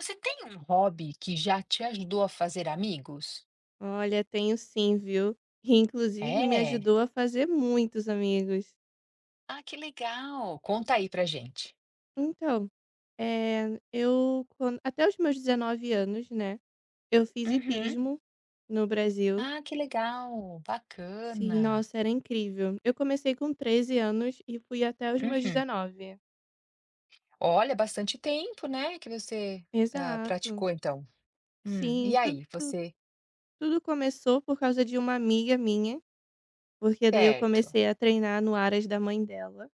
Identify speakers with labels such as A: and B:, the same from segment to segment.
A: Você tem um hobby que já te ajudou a fazer amigos?
B: Olha, tenho sim, viu. E inclusive me
A: É?
B: ajudou a fazer muitos amigos.
A: Ah, que legal. Conta aí pra gente.
B: Então, eu quan até os meus 19 anos, né, eu fiz
A: Uhum.
B: hipismo no Brasil.
A: Ah, que legal.
B: Sim,
A: Bacana.
B: nossa, era incrível. Eu comecei com 13 anos e fui até os meus
A: Uhum.
B: 19.
A: Olha, bastante tempo, né, que você,
B: Exato.
A: praticou então. E
B: Sim, tudo
A: aí, você
B: tudo começou por causa de uma amiga minha, porque daí eu
A: certo.
B: comecei a treinar no Aras da mãe dela.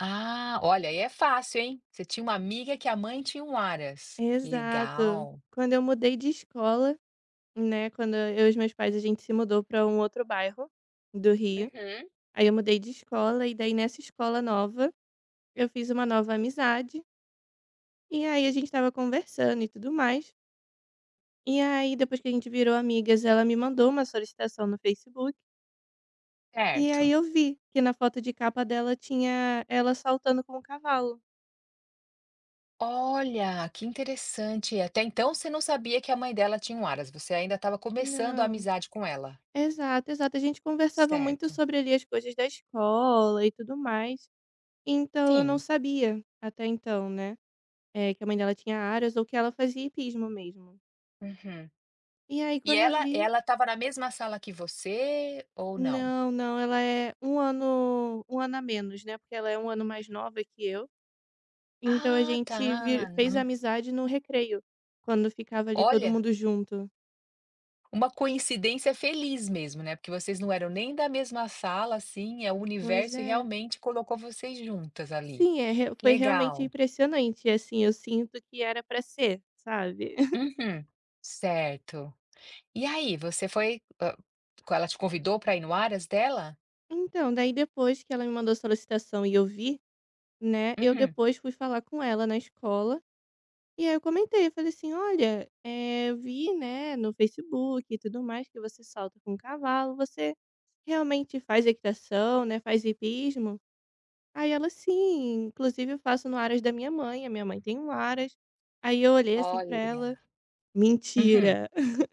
A: Ah, olha, aí é fácil, hein. Você tinha uma amiga que a mãe tinha um aras.
B: Exato.
A: Legal.
B: Quando eu mudei de escola, né, quando eu e os meus pais, a gente se mudou para um outro bairro do Rio,
A: Uhum.
B: aí eu mudei de escola e daí nessa escola nova, eu fiz uma nova amizade, e aí a gente estava conversando e tudo mais, e aí depois que a gente virou amigas, ela me mandou uma solicitação no Facebook, e aí
A: Certo.
B: eu vi que na foto de capa dela tinha ela saltando com o cavalo.
A: Olha, que interessante. Até então você não sabia que a mãe dela tinha um Aras, você ainda estava começando a
B: Não.
A: amizade com ela.
B: Exato, exato, a gente conversava muito
A: Certo.
B: sobre ali as coisas da escola e tudo mais, então eu não
A: Sim.
B: sabia até então, né. É, que a mãe dela tinha áreas ou que ela fazia hipismo mesmo.
A: Uhum.
B: E aí
A: E
B: quando eu
A: ela
B: vi.
A: ela estava na mesma sala que você ou não?
B: Não, não, ela é um ano a menos, né, porque ela é um ano mais nova que eu, então a
A: Ah, tá.
B: gente vi fez
A: Hum.
B: amizade no recreio, quando ficava ali todo
A: Olha,
B: mundo junto.
A: uma coincidência feliz mesmo, né, porque vocês não eram nem da mesma sala, assim, é o
B: Pois
A: universo e
B: é.
A: realmente colocou vocês juntas ali.
B: Sim, é re foi realmente
A: Legal.
B: impressionante, assim, eu sinto que era pra ser, sabe.
A: Uhum. Certo. E aí, você foi ela te convidou para ir no Aras dela?
B: Então, daí depois que ela me mandou a solicitação e eu vi, né, eu
A: Uhum.
B: depois fui falar com ela na escola. E aí eu comentei, eu falei assim: "Olha, eu vi, né, no Facebook e tudo mais que você salta com um cavalo, você realmente faz equitação, né, faz hipismo?" Aí ela: "Sim, inclusive eu faço no Aras da minha mãe, a minha mãe tem um Aras." Aí eu olhei assim pra ela:
A: Olha. Uhum.
B: "Mentira."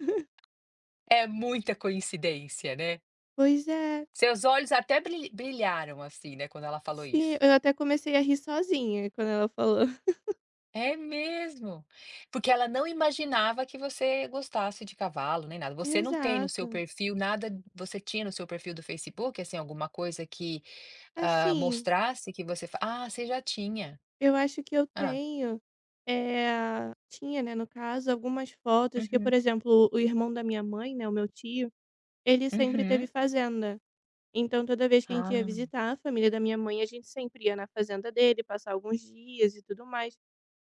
A: É muita coincidência, né.
B: Pois é,
A: Seus olhos até brilharam, assim, né, quando ela falou
B: sim,
A: isso.
B: eu até comecei a rir sozinha quando ela falou.
A: É mesmo. Porque ela não imaginava que você gostasse de cavalo, nem nada.
B: Exato.
A: Você tinha no seu perfil do Facebook, assim, alguma coisa que,
B: Assim,
A: mostrasse que você já tinha.
B: eu acho que eu
A: Hã.
B: tenho, tinha, né, no caso, algumas fotos que, por
A: Uhum.
B: exemplo, o irmão da minha mãe, né, o meu tio, ele sempre
A: Uhum.
B: teve fazenda. Então, toda vez que a gente ia
A: Ah.
B: visitar a família da minha mãe, a gente sempre ia na fazenda dele, passar alguns dias e tudo mais.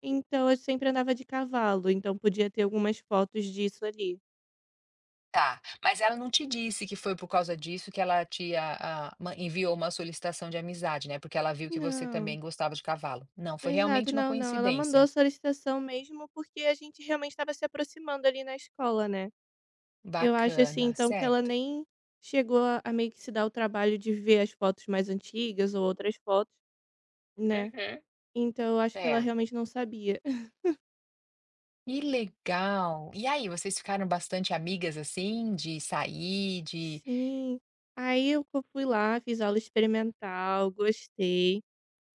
B: Então, eu sempre andava de cavalo, então podia ter algumas fotos disso ali.
A: Tá, mas ela não te disse que foi por causa disso que ela te a ma enviou uma solicitação de amizade, né, porque ela viu que você
B: Não,
A: também gostava de cavalo. Não, foi
B: exato,
A: realmente uma
B: não, não. Ela mandou a
A: coincidência.
B: solicitação mesmo porque a gente realmente estava se aproximando ali na escola, né? Eu acho, assim,
A: Bacana,
B: então, que ela
A: certo.
B: nem chegou a meio que se dar o trabalho de ver as fotos mais antigas ou outras fotos, né.
A: Uhum.
B: Então eu acho que ela
A: É.
B: realmente não sabia.
A: E legal. E aí, vocês ficaram bastante amigas, assim, de sair, de
B: Sim. Aí eu co fui lá, fiz aula experimental, gostei.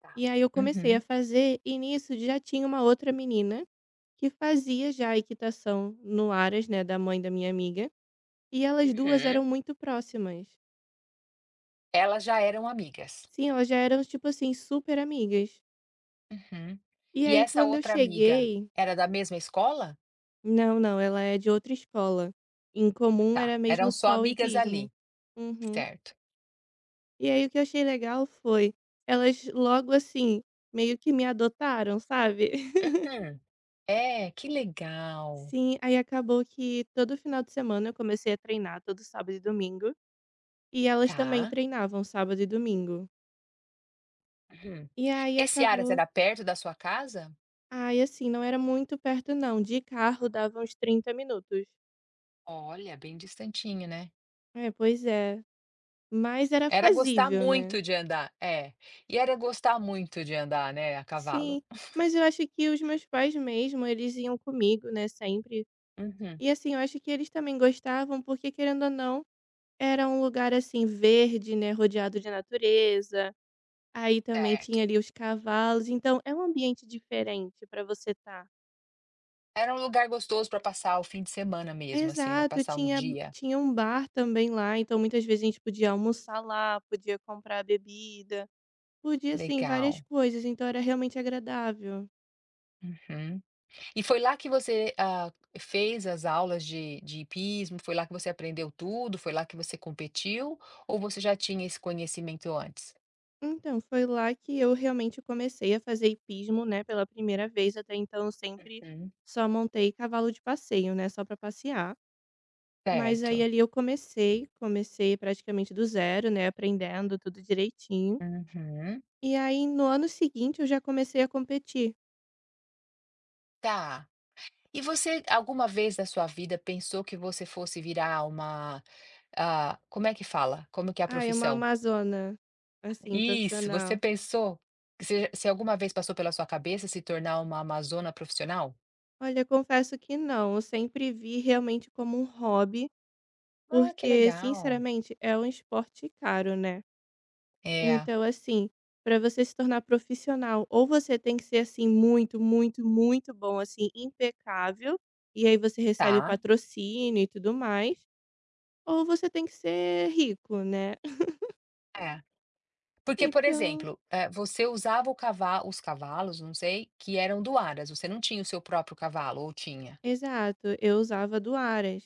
A: tá,
B: E aí eu comecei a
A: uhum.
B: fazer e nisso já tinha uma outra menina que fazia já a equitação no Aras, né, da mãe da minha amiga, e elas 2
A: Uhum.
B: eram muito próximas.
A: Elas já eram amigas.
B: Sim, elas já eram, tipo assim, super amigas.
A: Uhum.
B: E
A: E
B: aí
A: essa
B: quando eu
A: outra amiga,
B: cheguei.
A: era da mesma escola?
B: Não, não, ela é de outra escola. Em comum
A: Tá,
B: era mesmo
A: eram só
B: sol e
A: amigas
B: pismo.
A: ali,
B: Uhum.
A: certo.
B: E aí o que eu achei legal foi, elas logo assim, meio que me adotaram, sabe.
A: Uhum. É, que legal.
B: Sim, aí acabou que todo final de semana eu comecei a treinar, todo sábado e domingo, e elas também
A: Tá.
B: treinavam sábado e domingo.
A: Uhum.
B: E aí
A: Esse Aras
B: acabou.
A: era perto da sua casa?
B: Ai, assim, não era muito perto não, de carro dava uns 30 minutos.
A: Olha, bem distantinho, né.
B: É, pois é. Mas era
A: Era gostar
B: fazível, né.
A: muito de andar é. E era gostar muito de andar, né, a
B: Sim,
A: cavalo.
B: mas eu acho que os meus pais mesmo, eles iam comigo, né, sempre.
A: Uhum,
B: E assim, eu acho que eles também gostavam, porque querendo ou não, era um lugar assim verde, né, rodeado de natureza. Aí também
A: certo.
B: tinha ali os cavalos, então é um ambiente diferente para você estar.
A: Era um lugar gostoso para passar o fim de semana mesmo, assim, né,
B: Exato,
A: passar um
B: tinha
A: dia.
B: tinha um bar também lá, então muitas vezes a gente podia almoçar lá, podia comprar bebida, podia assim várias
A: Legal.
B: coisas, então era realmente agradável.
A: Uhum. E foi lá que você, fez as aulas de hipismo? Foi lá que você aprendeu tudo? Foi lá que você competiu? Ou você já tinha esse conhecimento antes?
B: Então, foi lá que eu realmente comecei a fazer hipismo, né, pela primeira vez. Até então, eu sempre
A: Uhum.
B: só montei cavalo de passeio, né, só para passear. Mas aí
A: Certo.
B: ali eu comecei praticamente do zero, né, aprendendo tudo direitinho.
A: Uhum.
B: E aí no ano seguinte eu já comecei a competir.
A: Tá. E você alguma vez da sua vida pensou que você fosse virar uma, como é que fala? Como que é a
B: Ah, é uma
A: profissão?
B: amazona, assim,
A: Isso, você
B: profissional.
A: pensou que você se alguma vez passou pela sua cabeça se tornar uma amazona profissional?
B: Olha, confesso que não, eu sempre vi realmente como um hobby,
A: Ah, que
B: porque,
A: legal.
B: sinceramente, é um esporte caro, né?
A: É,
B: Então, assim, para você se tornar profissional, ou você tem que ser, assim, muito, muito, muito bom, assim, impecável, e aí você recebe
A: tá.
B: patrocínio e tudo mais, ou você tem que ser rico, né.
A: É. Porque, por
B: Então
A: exemplo, você usava o cava os cavalos, não sei, que eram doadas, você não tinha o seu próprio cavalo ou tinha?
B: exato, eu usava do Aras,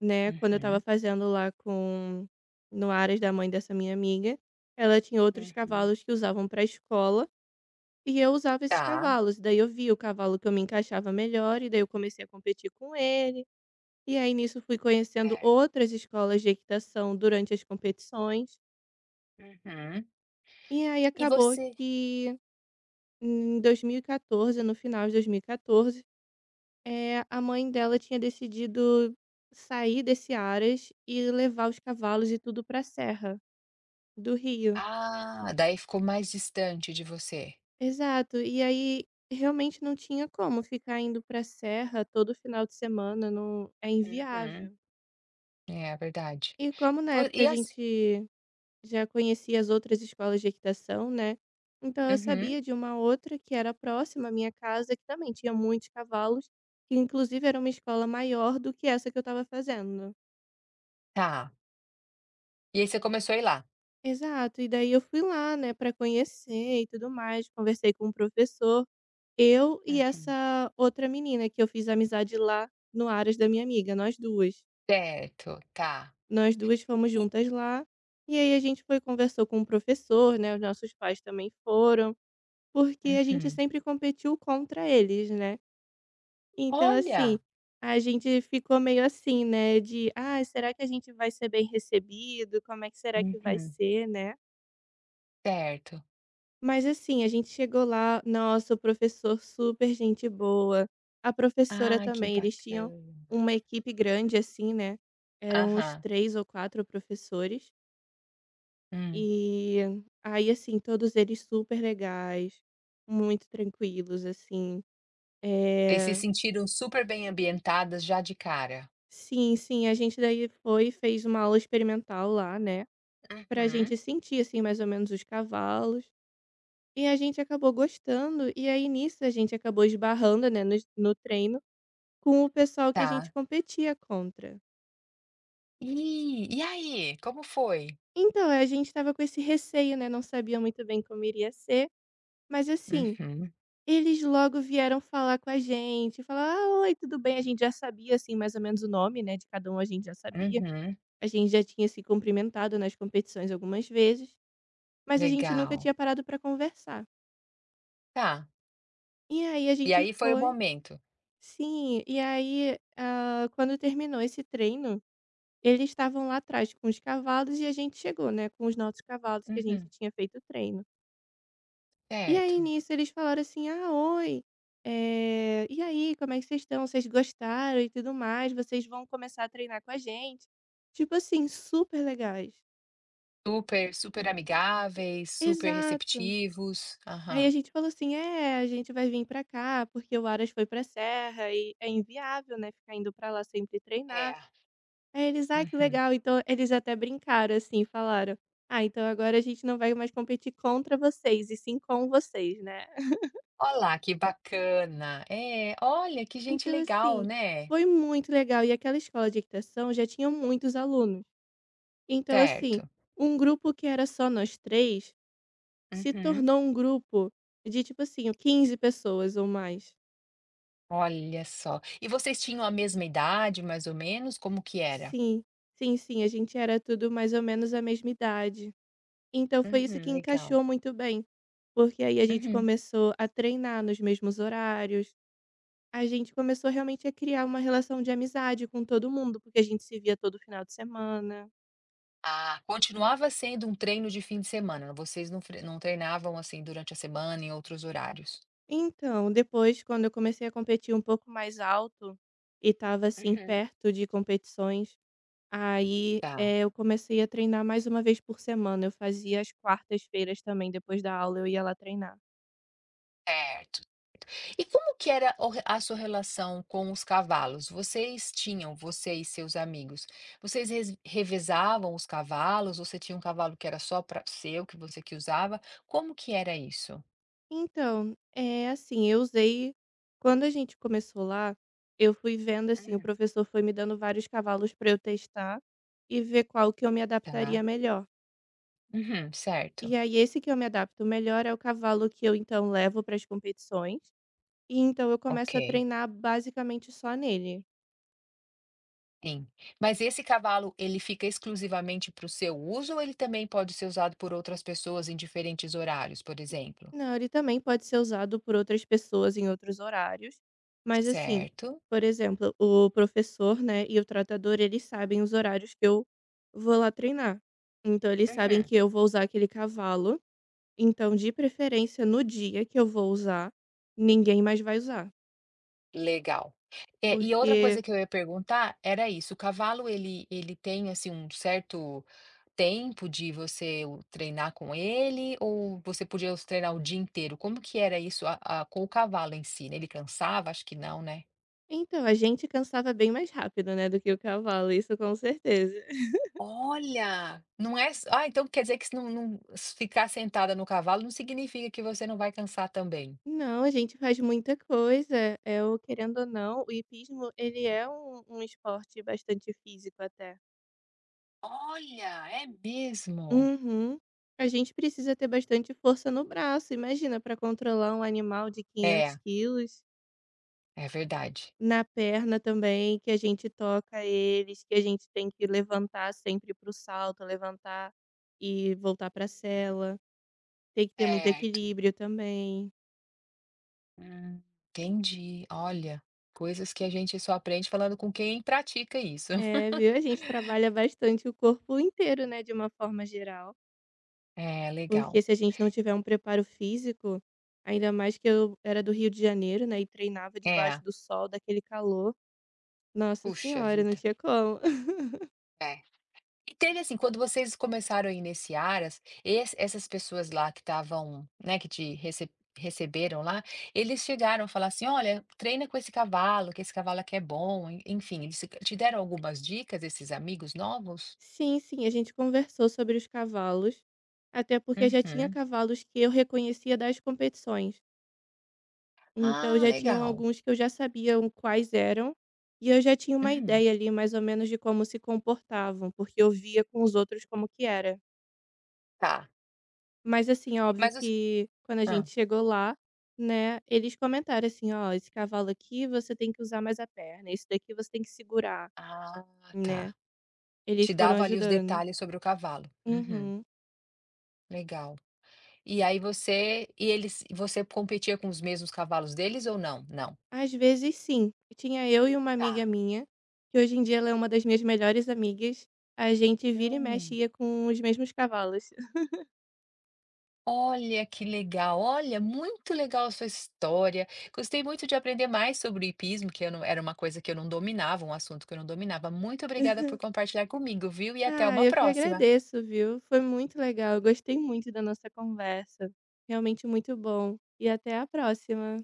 B: né, quando eu estava
A: Uhum,
B: fazendo lá com, no Aras da mãe dessa minha amiga, ela tinha outros
A: uhum.
B: cavalos que usavam pra escola, e eu usava esses
A: Tá.
B: cavalos, daí eu vi o cavalo que eu me encaixava melhor, e daí eu comecei a competir com ele. E aí nisso fui conhecendo
A: É.
B: outras escolas de equitação durante as competições,
A: Uhum.
B: e aí
A: E
B: acabou
A: você
B: que em 2014, no final de 2014, a mãe dela tinha decidido sair desse Aras e levar os cavalos e tudo pra serra do Rio.
A: daí ficou mais distante de você.
B: Exato, e aí realmente não tinha como ficar indo pra serra todo final de semana, não é
A: Uhum.
B: inviável.
A: É, verdade.
B: E como na
A: Vo
B: época a
A: e assim
B: gente já conhecia as outras escolas de equitação, né. Então eu
A: Uhum,
B: sabia de uma outra que era próxima à minha casa, que também tinha muitos cavalos, que inclusive era uma escola maior do que essa que eu estava fazendo.
A: tá. E aí você começou a ir lá?
B: Exato, e daí eu fui lá, né, para conhecer e tudo mais, conversei com o professor, eu e
A: Uhum.
B: essa outra menina que eu fiz amizade lá no Aras da minha amiga, nós duas.
A: Certo, tá.
B: Nós duas fomos
A: E
B: juntas lá, e aí a gente foi conversou com o professor, né, os nossos pais também foram. Porque a gente
A: uhum.
B: sempre competiu contra eles, né. Então assim,
A: Olha!
B: a gente ficou meio assim, né, de: "Ah, será que a gente vai ser bem recebido? Como é que será que vai
A: Uhum,
B: ser, né?"
A: certo.
B: Mas assim, a gente chegou lá, nossa, o professor super gente boa, a professora
A: Ah, que
B: também, eles tinham
A: bacana.
B: uma equipe grande, assim, né, eram uns
A: Aham.
B: 3 ou 4 professores,
A: Hum.
B: e aí, assim, todos eles super legais, muito tranquilos, assim.
A: Vocês se
B: eh
A: sentiram super bem ambientadas já de cara?
B: Sim, sim, a gente daí foi fez uma aula experimental lá, né, pra
A: Uhum.
B: gente sentir, assim, mais ou menos os cavalos, e a gente acabou gostando, e aí nisso a gente acabou esbarrando, né, nos no treino, com o pessoal que a gente
A: Tá.
B: competia contra.
A: E aí, como foi?
B: Então, a gente estava com esse receio, né, não sabia muito bem como iria ser, mas assim,
A: Uhum,
B: eles logo vieram falar com a gente, falar: "Ah, oi, tudo bem?". A gente já sabia, assim, mais ou menos o nome, né, de cada um, a gente já sabia,
A: uhum,
B: a gente já tinha se cumprimentado nas competições algumas vezes. Mas a gente nunca
A: legal.
B: tinha parado pra conversar.
A: Tá.
B: E aí a
A: E
B: gente
A: aí foi o
B: foi
A: momento.
B: sim, e aí, quando terminou esse treino, eles estavam lá atrás com os cavalos e a gente chegou, né, com os nossos cavalos que a gente
A: Uhum,
B: tinha feito o treino. E aí
A: certo.
B: nisso eles falaram assim: "Ah, oi, e aí, como é que vocês estão? Vocês gostaram e tudo mais? Vocês vão começar a treinar com a gente?" Tipo assim, super legais.
A: Super super amigáveis, super
B: Exato.
A: receptivos.
B: Aí a
A: Aham.
B: gente falou assim: "É, a gente vai vir pra cá, porque o Aras foi pra serra e é inviável, né, ficar indo pra lá sempre treinar".
A: É.
B: Aí eles: "Ai, que
A: Uhum.
B: legal". Então eles até brincaram, assim, falaram: "Ah, então agora a gente não vai mais competir contra vocês, e sim com vocês, né".
A: Olá, que bacana. É, olha que gente
B: Então,
A: legal,
B: assim,
A: né.
B: foi muito legal. E aquela escola de equitação já tinha muitos alunos. Então, assim,
A: Certo.
B: um grupo que era só nós 3 se
A: Uhum.
B: tornou um grupo de, tipo assim, 15 pessoas ou mais.
A: Olha só. E vocês tinham a mesma idade, mais ou menos? Como que era?
B: Sim, sim, sim, a gente era tudo mais ou menos a mesma idade. Então foi isso que
A: Uhum, legal.
B: encaixou muito bem, porque aí a gente
A: Uhum.
B: começou a treinar nos mesmos horários, a gente começou realmente a criar uma relação de amizade com todo mundo, porque a gente se via todo final de semana.
A: Ah, continuava sendo um treino de fim de semana, vocês não treinavam, assim, durante a semana em outros horários?
B: Então, depois, quando eu comecei a competir um pouco mais alto e estava assim
A: Uhum.
B: perto de competições, aí
A: Tá.
B: eu comecei a treinar mais uma vez por semana. Eu fazia as quartas-feiras também, depois da aula eu ia lá treinar.
A: Certo. E como que era a sua relação com os cavalos? Vocês tinham, você e seus amigos, vocês revezavam os cavalos? Você tinha um cavalo que era só para seu, que você que usava? Como que era isso?
B: Então, é assim, eu usei quando a gente começou lá, eu fui vendo assim, o
A: Hum.
B: professor foi me dando vários cavalos para eu testar e ver qual que eu me adaptaria
A: Tá.
B: melhor.
A: Uhum, certo.
B: E aí esse que eu me adapto melhor é o cavalo que eu então levo para as competições, e então eu
A: Ok.
B: começo a treinar basicamente só nele.
A: Sim. Mas esse cavalo, ele fica exclusivamente para o seu uso ou ele também pode ser usado por outras pessoas em diferentes horários, por exemplo?
B: Não, ele também pode ser usado por outras pessoas em outros horários, mas assim,
A: Certo.
B: por exemplo, o professor, né, e o tratador, eles sabem os horários que eu vou lá treinar. Então eles sabem
A: Uhum.
B: que eu vou usar aquele cavalo, então de preferência no dia que eu vou usar, ninguém mais vai usar,
A: Legal. É, e outra
B: porque
A: coisa que eu ia perguntar era isso, o cavalo ele tem, assim, um certo tempo de você o treinar com ele ou você podia os treinar o dia inteiro? Como que era isso a com o cavalo em si, né, ele cansava? Acho que não, né?
B: então a gente cansava bem mais rápido, né, do que o cavalo, isso com certeza.
A: Olha! Não é s ah, então quer dizer que se não não s ficar sentada no cavalo não significa que você não vai cansar também.
B: Não, a gente faz muita coisa. É o querendo ou não, o hipismo ele é um esporte bastante físico até.
A: Olha, é mesmo?
B: Uhum. A gente precisa ter bastante força no braço, imagina para controlar um animal de 500
A: É,
B: quilos,
A: é verdade.
B: na perna também, que a gente toca eles, que a gente tem que levantar sempre para o salto, levantar e voltar para a cela. Tem que ter muito
A: Certo.
B: equilíbrio também.
A: Hum, entendi. Olha, coisas que a gente só aprende falando com quem pratica isso.
B: É, viu, a gente trabalha bastante o corpo inteiro, né, de uma forma geral.
A: É,
B: Porque
A: legal.
B: se a gente não tiver um preparo físico, ainda mais que eu era do Rio de Janeiro, né, e treinava
A: É,
B: debaixo do sol, daquele calor, nossa
A: puxa
B: senhora, não
A: vida.
B: tinha como.
A: É. E teve assim, quando vocês começaram a iniciar nesse Aras, essas pessoas lá que estavam, né, que te receberam lá, eles chegaram a falar assim: olha, treina com esse cavalo, que esse cavalo aqui é bom. Enfim, eles te deram algumas dicas, esses amigos novos?
B: Sim, sim, a gente conversou sobre os cavalos, até porque já tinha
A: Uhum.
B: cavalos que eu reconhecia das competições. Então
A: Ah,
B: já tinham
A: legal.
B: alguns que eu já sabia o quais eram, e eu já tinha uma
A: Uhum.
B: ideia ali mais ou menos de como se comportavam, porque eu via com os outros como que era.
A: Tá.
B: Mas assim, é óbvio
A: Mas os.
B: que quando a
A: Ah,
B: gente chegou lá, né, eles comentaram assim: "Ó, esse cavalo aqui você tem que usar mais a perna, esse daqui você tem que segurar",
A: ah, tá.
B: né. Eles
A: Te
B: foram
A: dava ali os
B: ajudando.
A: detalhes sobre o cavalo. Uhum,
B: Uhum.
A: legal. E aí você e eles você competia com os mesmos cavalos deles ou não? Não.
B: Às vezes sim, tinha eu e uma amiga
A: Tá.
B: minha, que hoje em dia ela é uma das minhas melhores amigas, a gente vira e mexe
A: Hum.
B: ia com os mesmos cavalos.
A: Olha que legal, olha, muito legal a sua história. Gostei muito de aprender mais sobre o hipismo, que eu não era uma coisa que eu não dominava, um assunto que eu não dominava. Muito obrigada por compartilhar comigo, viu? E até
B: Ah,
A: uma
B: eu que
A: próxima.
B: agradeço, viu. Foi muito legal, eu gostei muito da nossa conversa. Realmente muito bom. E até a próxima.